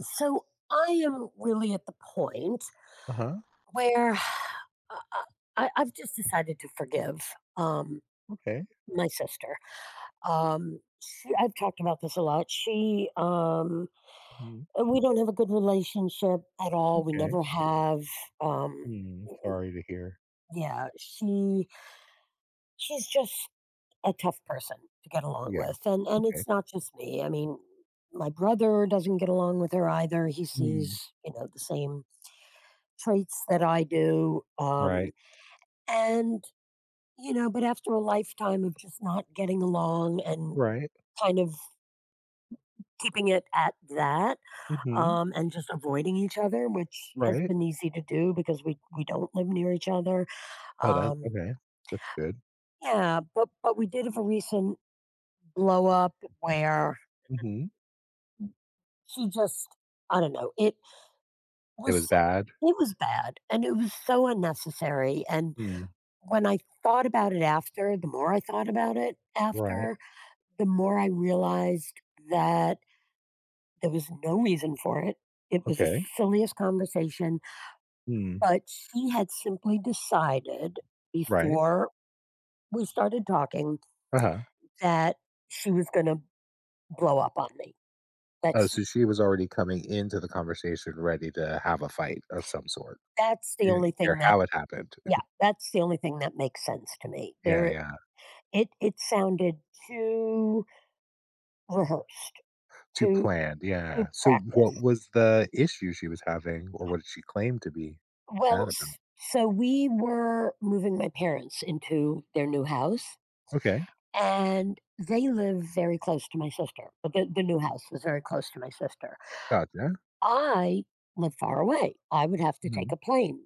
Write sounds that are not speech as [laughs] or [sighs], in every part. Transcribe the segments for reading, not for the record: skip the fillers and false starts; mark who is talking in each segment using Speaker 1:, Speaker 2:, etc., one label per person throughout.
Speaker 1: So I am really at the point
Speaker 2: Uh-huh,
Speaker 1: where [sighs] I, I've just decided to forgive
Speaker 2: okay.
Speaker 1: my sister. I've talked about this a lot.
Speaker 2: Mhm,
Speaker 1: We don't have a good relationship at all. We
Speaker 2: okay.
Speaker 1: never have. Um,
Speaker 2: Mm, sorry to hear.
Speaker 1: yeah, she, she's just a tough person to get along
Speaker 2: Yeah,
Speaker 1: with, and
Speaker 2: okay.
Speaker 1: it's not just me. I mean, my brother doesn't get along with her either. He
Speaker 2: Mm,
Speaker 1: sees, you know, the same traits that I do.
Speaker 2: right,
Speaker 1: And, you know, but after a lifetime of just not getting along and
Speaker 2: right,
Speaker 1: kind of keeping it at that,
Speaker 2: mhm,
Speaker 1: and just avoiding each other, which has
Speaker 2: right.
Speaker 1: been easy to do because we don't live near each other.
Speaker 2: Oh, that
Speaker 1: Um,
Speaker 2: okay, that's good.
Speaker 1: yeah, but we did have a recent blow up where
Speaker 2: Mhm.
Speaker 1: she just I don't know,
Speaker 2: It
Speaker 1: was
Speaker 2: was
Speaker 1: so-
Speaker 2: bad?
Speaker 1: it was bad and it was so unnecessary. And
Speaker 2: Mm,
Speaker 1: when I thought about it after, the more I thought about it
Speaker 2: right,
Speaker 1: after, the more I realized that there was no reason for it. It was the
Speaker 2: okay.
Speaker 1: silliest conversation,
Speaker 2: Mm,
Speaker 1: but she had simply decided
Speaker 2: right,
Speaker 1: before we started talking
Speaker 2: uh-huh.
Speaker 1: that she was going to blow up on me.
Speaker 2: Oh,
Speaker 1: That's
Speaker 2: so she was already coming into the conversation ready to have a fight of some sort.
Speaker 1: that's the
Speaker 2: You
Speaker 1: only
Speaker 2: didn't care
Speaker 1: thing that
Speaker 2: how it happened.
Speaker 1: Yeah, that's the only thing that makes sense to me.
Speaker 2: Yeah,
Speaker 1: There
Speaker 2: yeah.
Speaker 1: It sounded too rehearsed,
Speaker 2: Too
Speaker 1: too
Speaker 2: planned,
Speaker 1: too
Speaker 2: yeah. So what
Speaker 1: practiced.
Speaker 2: was the issue she was having, or what did she claim to be
Speaker 1: Well,
Speaker 2: mad
Speaker 1: s-
Speaker 2: about?
Speaker 1: so we were moving my parents into their new house
Speaker 2: Okay,
Speaker 1: and they live very close to my sister. But the new house was very close to my sister.
Speaker 2: gotcha.
Speaker 1: I live far away. I would have to take
Speaker 2: Mhm.
Speaker 1: a plane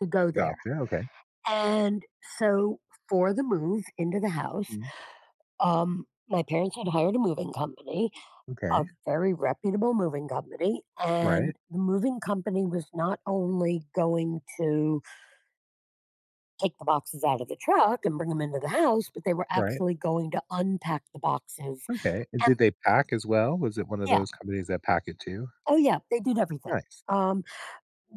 Speaker 1: to go there.
Speaker 2: Gotcha, okay.
Speaker 1: And so for the move into the house,
Speaker 2: Mhm.
Speaker 1: my parents had hired a moving company,
Speaker 2: Okay.
Speaker 1: a very reputable moving company, and
Speaker 2: Right,
Speaker 1: the moving company was not only going to take the boxes out of the truck and bring them into the house, but they were
Speaker 2: right.
Speaker 1: actually going to unpack the boxes
Speaker 2: Okay, and did
Speaker 1: and
Speaker 2: they pack as well? Was it one of
Speaker 1: yeah,
Speaker 2: those companies that pack it too?
Speaker 1: oh, yeah, they did everything.
Speaker 2: Nice.
Speaker 1: Um,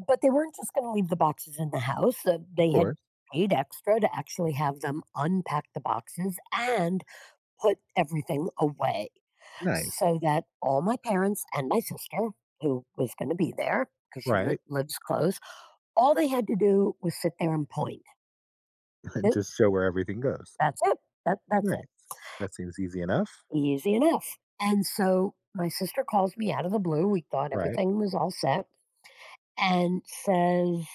Speaker 1: but they weren't just gonna leave the boxes in the house,
Speaker 2: Of
Speaker 1: they had
Speaker 2: course.
Speaker 1: paid extra to actually have them unpack the boxes and put everything away
Speaker 2: Nice.
Speaker 1: so that all my parents and my sister, who was gonna be there because she li
Speaker 2: Right?
Speaker 1: lives close, all they had to do was sit there and point.
Speaker 2: [laughs] And
Speaker 1: Th
Speaker 2: just show where everything goes.
Speaker 1: that's it, that That's it,
Speaker 2: Nice. That seems easy enough.
Speaker 1: easy enough, and so my sister calls me out of the blue, we thought
Speaker 2: Right.
Speaker 1: everything was all set, and says,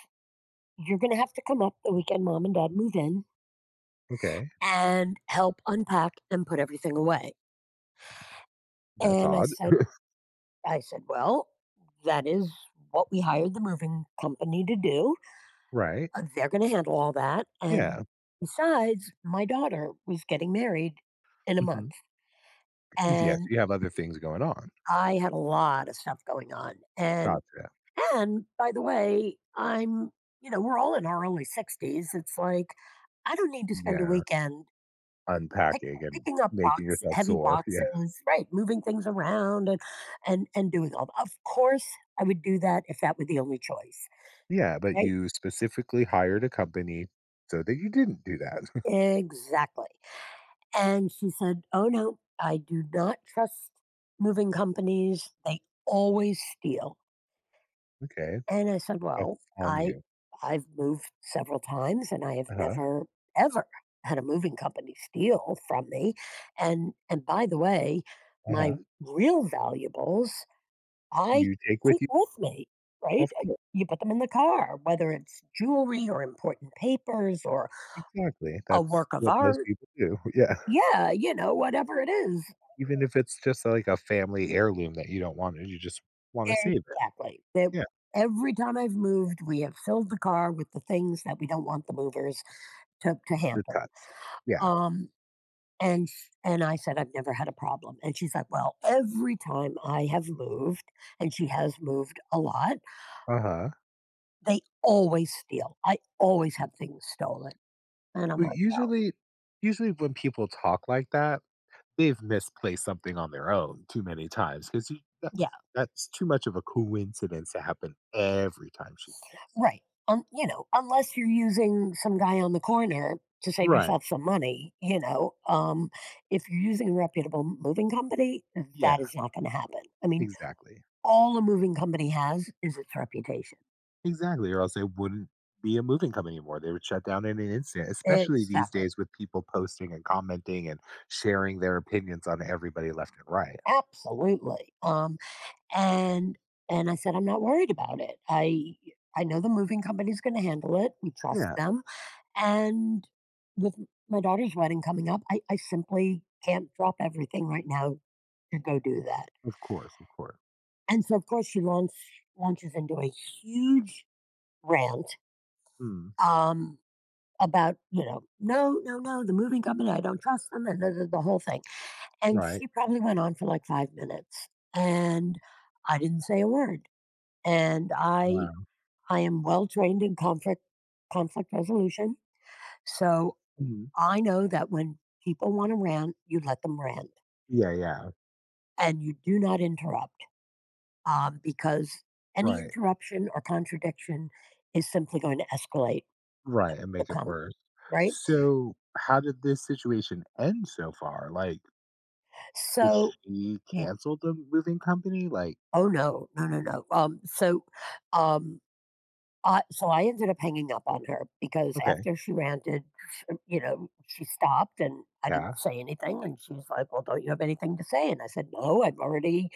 Speaker 1: "You're going to have to come up the weekend mom and dad move in
Speaker 2: Okay.
Speaker 1: and help unpack and put everything away."
Speaker 2: That's
Speaker 1: And
Speaker 2: odd. [laughs]
Speaker 1: I said, well, that is what we hired the moving company to do.
Speaker 2: Right.
Speaker 1: They're going to handle all that. And
Speaker 2: Yeah.
Speaker 1: besides, my daughter was getting married in a
Speaker 2: Mhm.
Speaker 1: month
Speaker 2: Yes,
Speaker 1: and
Speaker 2: you have other things going on.
Speaker 1: I had a lot of stuff going on. And,
Speaker 2: Gotcha.
Speaker 1: and by the way, you know, we're all in our early 60s. It's like, I don't need to spend a
Speaker 2: Yeah.
Speaker 1: weekend Pick
Speaker 2: Unpacking and
Speaker 1: picking up
Speaker 2: making
Speaker 1: box
Speaker 2: yourself
Speaker 1: heavy
Speaker 2: sore. [laughs] Yeah.
Speaker 1: boxes, right, moving things around and and doing all of course, I would do that if that were the only choice,
Speaker 2: Yeah, but
Speaker 1: right?
Speaker 2: you specifically hired a company so that you didn't do that. [laughs]
Speaker 1: Exactly. And she said, "Oh, no, I do not trust moving companies. They always steal."
Speaker 2: Okay.
Speaker 1: And I said,
Speaker 2: That's
Speaker 1: "Well,
Speaker 2: on you.
Speaker 1: I've moved several times and I have
Speaker 2: Uh-huh,
Speaker 1: never ever had a moving company steal from me. And by the way, my
Speaker 2: uh-huh.
Speaker 1: real valuables I
Speaker 2: You take
Speaker 1: keep
Speaker 2: with you,
Speaker 1: with me, right?"
Speaker 2: of course,
Speaker 1: You put them in the car, whether it's jewelry or important papers or
Speaker 2: exactly,
Speaker 1: a
Speaker 2: that's
Speaker 1: work of
Speaker 2: what most
Speaker 1: art.
Speaker 2: people do, [laughs] yeah.
Speaker 1: Yeah, you know, whatever it is.
Speaker 2: Even if it's just, like, a family heirloom that you don't want, you just wanna save it.
Speaker 1: Exactly. That
Speaker 2: Yeah,
Speaker 1: every time I've moved, we have filled the car with the things that we don't want the movers to
Speaker 2: the
Speaker 1: handle.
Speaker 2: touch. Yeah,
Speaker 1: Um, and I said I've never had a problem. And she's like, well, every time I have moved, and she has moved a lot,
Speaker 2: uh-huh.
Speaker 1: they always steal. I always have things stolen. And I'm like.
Speaker 2: But usually when people talk like that, they've misplaced something on their own too many times 'cause you that
Speaker 1: Yeah,
Speaker 2: that's too much of a coincidence to happen every time she moves.
Speaker 1: right. You know, unless you're using some guy on the corner to save
Speaker 2: Right,
Speaker 1: yourself some money, you know, if you're using a reputable moving company,
Speaker 2: yeah,
Speaker 1: that is not going to happen. I mean,
Speaker 2: exactly.
Speaker 1: all a moving company has is its reputation.
Speaker 2: Exactly, or else they wouldn't be a moving company anymore. They would shut down in an instant, especially these
Speaker 1: Exactly.
Speaker 2: days with people posting and commenting and sharing their opinions on everybody left and right.
Speaker 1: Absolutely. And and I said, I'm not worried about it. I know the moving company's going to handle it. We trust
Speaker 2: Yeah,
Speaker 1: them. And with my daughter's wedding coming up, I simply can't drop everything right now to go do that.
Speaker 2: of course, of course.
Speaker 1: And so, of course, launches into a huge rant
Speaker 2: Mm,
Speaker 1: um, about, you know, no, no, no, the moving company, I don't trust them, and the whole thing. And
Speaker 2: right.
Speaker 1: she probably went on for like 5 minutes, and I didn't say a word. And I,
Speaker 2: Wow.
Speaker 1: I am well trained in conflict resolution, so
Speaker 2: Mhm.
Speaker 1: I know that when people want to rant, you let them rant
Speaker 2: Yeah, yeah.
Speaker 1: and you do not interrupt because any
Speaker 2: Right.
Speaker 1: interruption or contradiction is simply going to escalate
Speaker 2: Right. And
Speaker 1: the
Speaker 2: make it
Speaker 1: com,
Speaker 2: worse.
Speaker 1: right?
Speaker 2: So, how did this situation end so far? Like, did
Speaker 1: So,
Speaker 2: she
Speaker 1: yeah.
Speaker 2: cancel the moving company? Like,
Speaker 1: Oh no, no, no, no. Um, so I ended up hanging up on her because
Speaker 2: okay.
Speaker 1: after she ranted, sh you know, she stopped and I
Speaker 2: Yeah.
Speaker 1: didn't say anything. And she's like, "Well, don't you have anything to say?" And I said, "No, I've already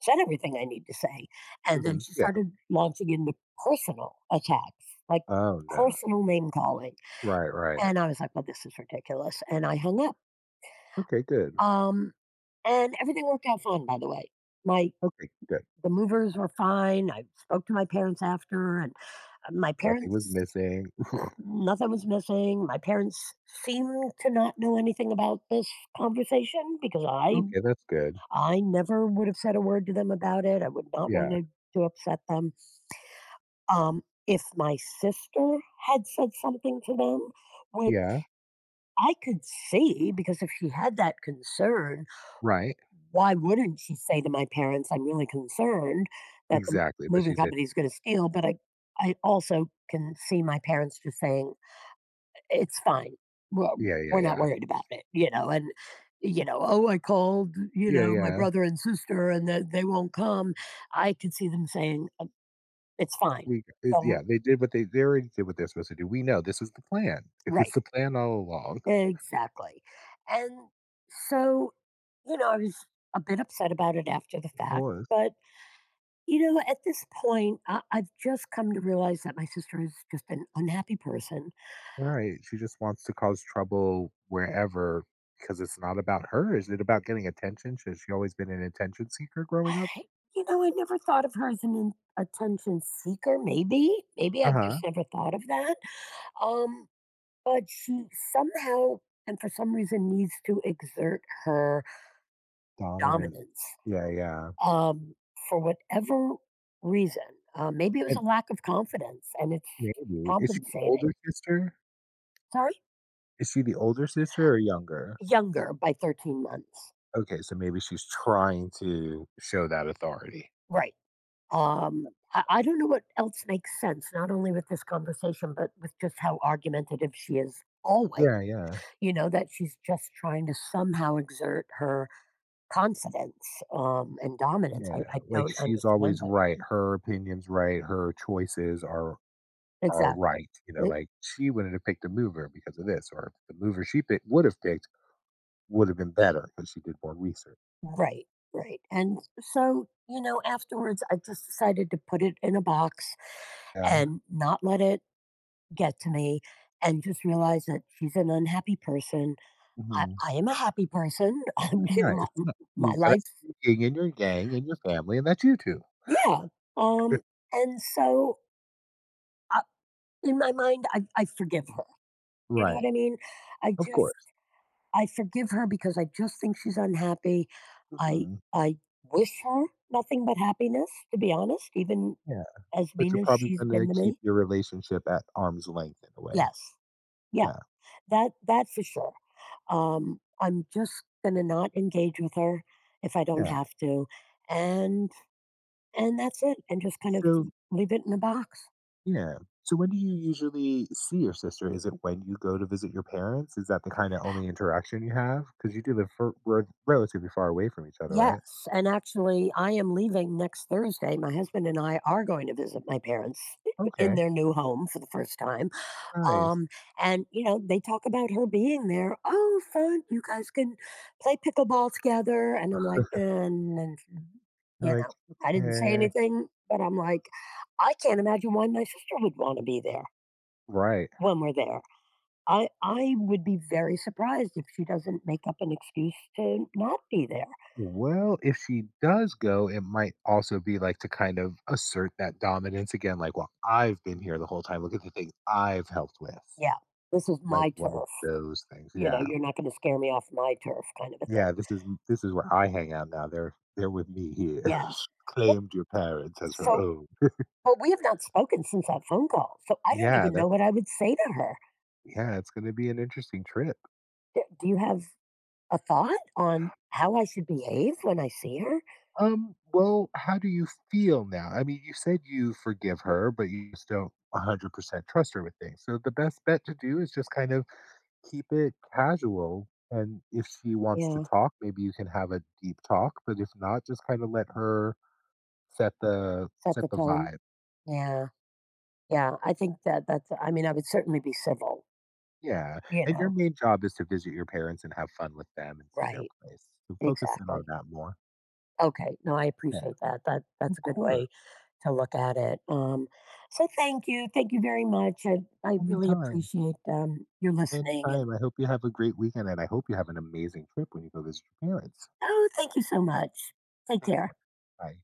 Speaker 1: said everything I need to say." And then
Speaker 2: Hmm,
Speaker 1: she
Speaker 2: yeah.
Speaker 1: started launching into personal attacks, like
Speaker 2: Oh, no.
Speaker 1: personal name calling.
Speaker 2: Right, right.
Speaker 1: And I was like, "Well, this is ridiculous." And I hung up.
Speaker 2: Okay, good.
Speaker 1: Um, and everything worked out fine, by the way. My
Speaker 2: Okay, good.
Speaker 1: The movers were fine. I spoke to my parents after, and my
Speaker 2: Nothing was
Speaker 1: parents
Speaker 2: missing. [laughs]
Speaker 1: nothing was missing. My parents seemed to not know anything about this conversation because
Speaker 2: Okay, that's good.
Speaker 1: I never would have said a word to them about it. I would not want
Speaker 2: Yeah.
Speaker 1: to upset them. If my sister had said something to them, which
Speaker 2: Yeah.
Speaker 1: I could see, because if she had that concern,
Speaker 2: Right.
Speaker 1: why wouldn't she say to my parents, "I'm really concerned that the
Speaker 2: Exactly, but
Speaker 1: moving
Speaker 2: she did.
Speaker 1: company is going to steal"? But I also can see my parents just saying, "It's fine. We're
Speaker 2: Yeah, yeah,
Speaker 1: we're not
Speaker 2: yeah.
Speaker 1: worried about it," you know, and, you know, "Oh, I called, you
Speaker 2: Yeah,
Speaker 1: know, my
Speaker 2: yeah.
Speaker 1: brother and sister and that they won't come." I could see them saying, "It's fine.
Speaker 2: We it, yeah,
Speaker 1: Don't."
Speaker 2: they did what they already did what they're supposed to do. We know this was the plan. It was
Speaker 1: Right.
Speaker 2: the plan all along.
Speaker 1: Exactly. And so, you know, I was a bit upset about it after the
Speaker 2: Of
Speaker 1: fact,
Speaker 2: course.
Speaker 1: but, you know, at this point, I've just come to realize that my sister is just an unhappy person.
Speaker 2: Right. She just wants to cause trouble wherever, because it's not about her. Is it about getting attention? Has she always been an attention seeker growing up?
Speaker 1: I, You know, I never thought of her as an attention seeker. Maybe, maybe I've
Speaker 2: Uh-huh.
Speaker 1: just never thought of that. Um, but she somehow and for some reason needs to exert her
Speaker 2: Dominance.
Speaker 1: dominance
Speaker 2: Yeah, yeah.
Speaker 1: um, for whatever reason. Maybe it was a
Speaker 2: And
Speaker 1: lack of confidence and it's
Speaker 2: maybe is she older
Speaker 1: compensating.
Speaker 2: sister?
Speaker 1: Sorry,
Speaker 2: Is she the older sister or younger?
Speaker 1: younger by 13 months.
Speaker 2: Okay, so maybe she's trying to show that authority.
Speaker 1: Right. I don't know what else makes sense, not only with this conversation, but with just how argumentative she is always,
Speaker 2: Yeah, yeah,
Speaker 1: you know, that she's just trying to somehow exert her confidence and dominance.
Speaker 2: yeah.
Speaker 1: I
Speaker 2: Like
Speaker 1: don't
Speaker 2: she's
Speaker 1: understand
Speaker 2: always
Speaker 1: it
Speaker 2: right. Her opinion's right. Her choices are
Speaker 1: exactly.
Speaker 2: right. You know,
Speaker 1: It-
Speaker 2: like she wouldn't have picked a mover because of this, or the mover she picked would have been better because she did more research.
Speaker 1: right, right. And so you know, afterwards, I just decided to put it in a box
Speaker 2: Yeah,
Speaker 1: and not let it get to me. And just realize that she's an unhappy person.
Speaker 2: hmm,
Speaker 1: I am a happy person. [laughs] You know,
Speaker 2: nice.
Speaker 1: my
Speaker 2: You got
Speaker 1: life.
Speaker 2: your yin and your yang and your family, and that's you two,
Speaker 1: Yeah. Um. And so, I, in my mind, I forgive her. You know
Speaker 2: right?
Speaker 1: what I mean? I
Speaker 2: Of
Speaker 1: just
Speaker 2: course.
Speaker 1: I forgive her because I just think she's unhappy. I
Speaker 2: Hmm.
Speaker 1: I wish her nothing but happiness, to be honest, even
Speaker 2: Yeah,
Speaker 1: as
Speaker 2: but
Speaker 1: mean
Speaker 2: you're
Speaker 1: as
Speaker 2: probably
Speaker 1: she's
Speaker 2: going
Speaker 1: been to
Speaker 2: to keep
Speaker 1: me.
Speaker 2: your relationship at arm's length in a way.
Speaker 1: Yes. Yeah.
Speaker 2: Yeah,
Speaker 1: That for sure. I'm just gonna not engage with her if I don't
Speaker 2: yeah.
Speaker 1: have to. And and that's it. And just kind of
Speaker 2: So.
Speaker 1: leave it in a box.
Speaker 2: Yeah. So when do you usually see your sister? Is it when you go to visit your parents? Is that the kind of only interaction you have? Because you do live for, relatively far away from each other, right?
Speaker 1: Yes, and actually, I am leaving next Thursday. My husband and I are going to visit my parents in
Speaker 2: Okay.
Speaker 1: their new home for the first time.
Speaker 2: Nice.
Speaker 1: Um, and you know, they talk about her being there. Oh, fun! You guys can play pickleball together. And I'm like, and
Speaker 2: You're
Speaker 1: you
Speaker 2: like,
Speaker 1: know, I didn't say
Speaker 2: okay.
Speaker 1: anything, but I'm like, I can't imagine why my sister would want to be there
Speaker 2: Right.
Speaker 1: when we're there. I would be very surprised if she doesn't make up an excuse to not be there.
Speaker 2: Well, if she does go, it might also be like to kind of assert that dominance again, like, well, I've been here the whole time. Look at the things I've helped with.
Speaker 1: Yeah, this is
Speaker 2: Might
Speaker 1: my
Speaker 2: be one of
Speaker 1: turf.
Speaker 2: those things.
Speaker 1: You know,
Speaker 2: Yeah.
Speaker 1: you're not gonna scare me off my turf kind of a thing.
Speaker 2: Yeah, this is where I hang out now. They're with me here.
Speaker 1: Yeah.
Speaker 2: [laughs] She
Speaker 1: But
Speaker 2: claimed your parents as her
Speaker 1: so
Speaker 2: own.
Speaker 1: but we have not spoken since that phone call, so I don't
Speaker 2: Yeah,
Speaker 1: even know
Speaker 2: that's,
Speaker 1: what I would say to her.
Speaker 2: yeah, it's gonna be an interesting trip.
Speaker 1: D Do you have a thought on how I should behave when I see her?
Speaker 2: Well, how do you feel now? I mean, you said you forgive her, but you just don't 100% trust her with things. So the best bet to do is just kind of keep it casual, and if she wants to
Speaker 1: Yeah,
Speaker 2: talk, maybe you can have a deep talk, but if not, just kinda let her set the
Speaker 1: set
Speaker 2: set
Speaker 1: the
Speaker 2: the
Speaker 1: tone.
Speaker 2: vibe.
Speaker 1: Yeah, yeah, I think that that's I mean, I would certainly be civil,
Speaker 2: Yeah,
Speaker 1: you
Speaker 2: and your
Speaker 1: know?
Speaker 2: main job is to visit your parents and have fun with them and see their
Speaker 1: Right,
Speaker 2: place. So focus in on
Speaker 1: exactly.
Speaker 2: that more.
Speaker 1: Okay, no, I
Speaker 2: Yeah,
Speaker 1: appreciate that. That's
Speaker 2: of
Speaker 1: a good
Speaker 2: course.
Speaker 1: way to look at it. So thank you very much. I really
Speaker 2: Anytime.
Speaker 1: appreciate your listening, and
Speaker 2: Anytime. I hope you have a great weekend and I hope you have an amazing trip when you go visit your parents.
Speaker 1: oh, thank you so much. Take
Speaker 2: Take
Speaker 1: care.
Speaker 2: care. Bye.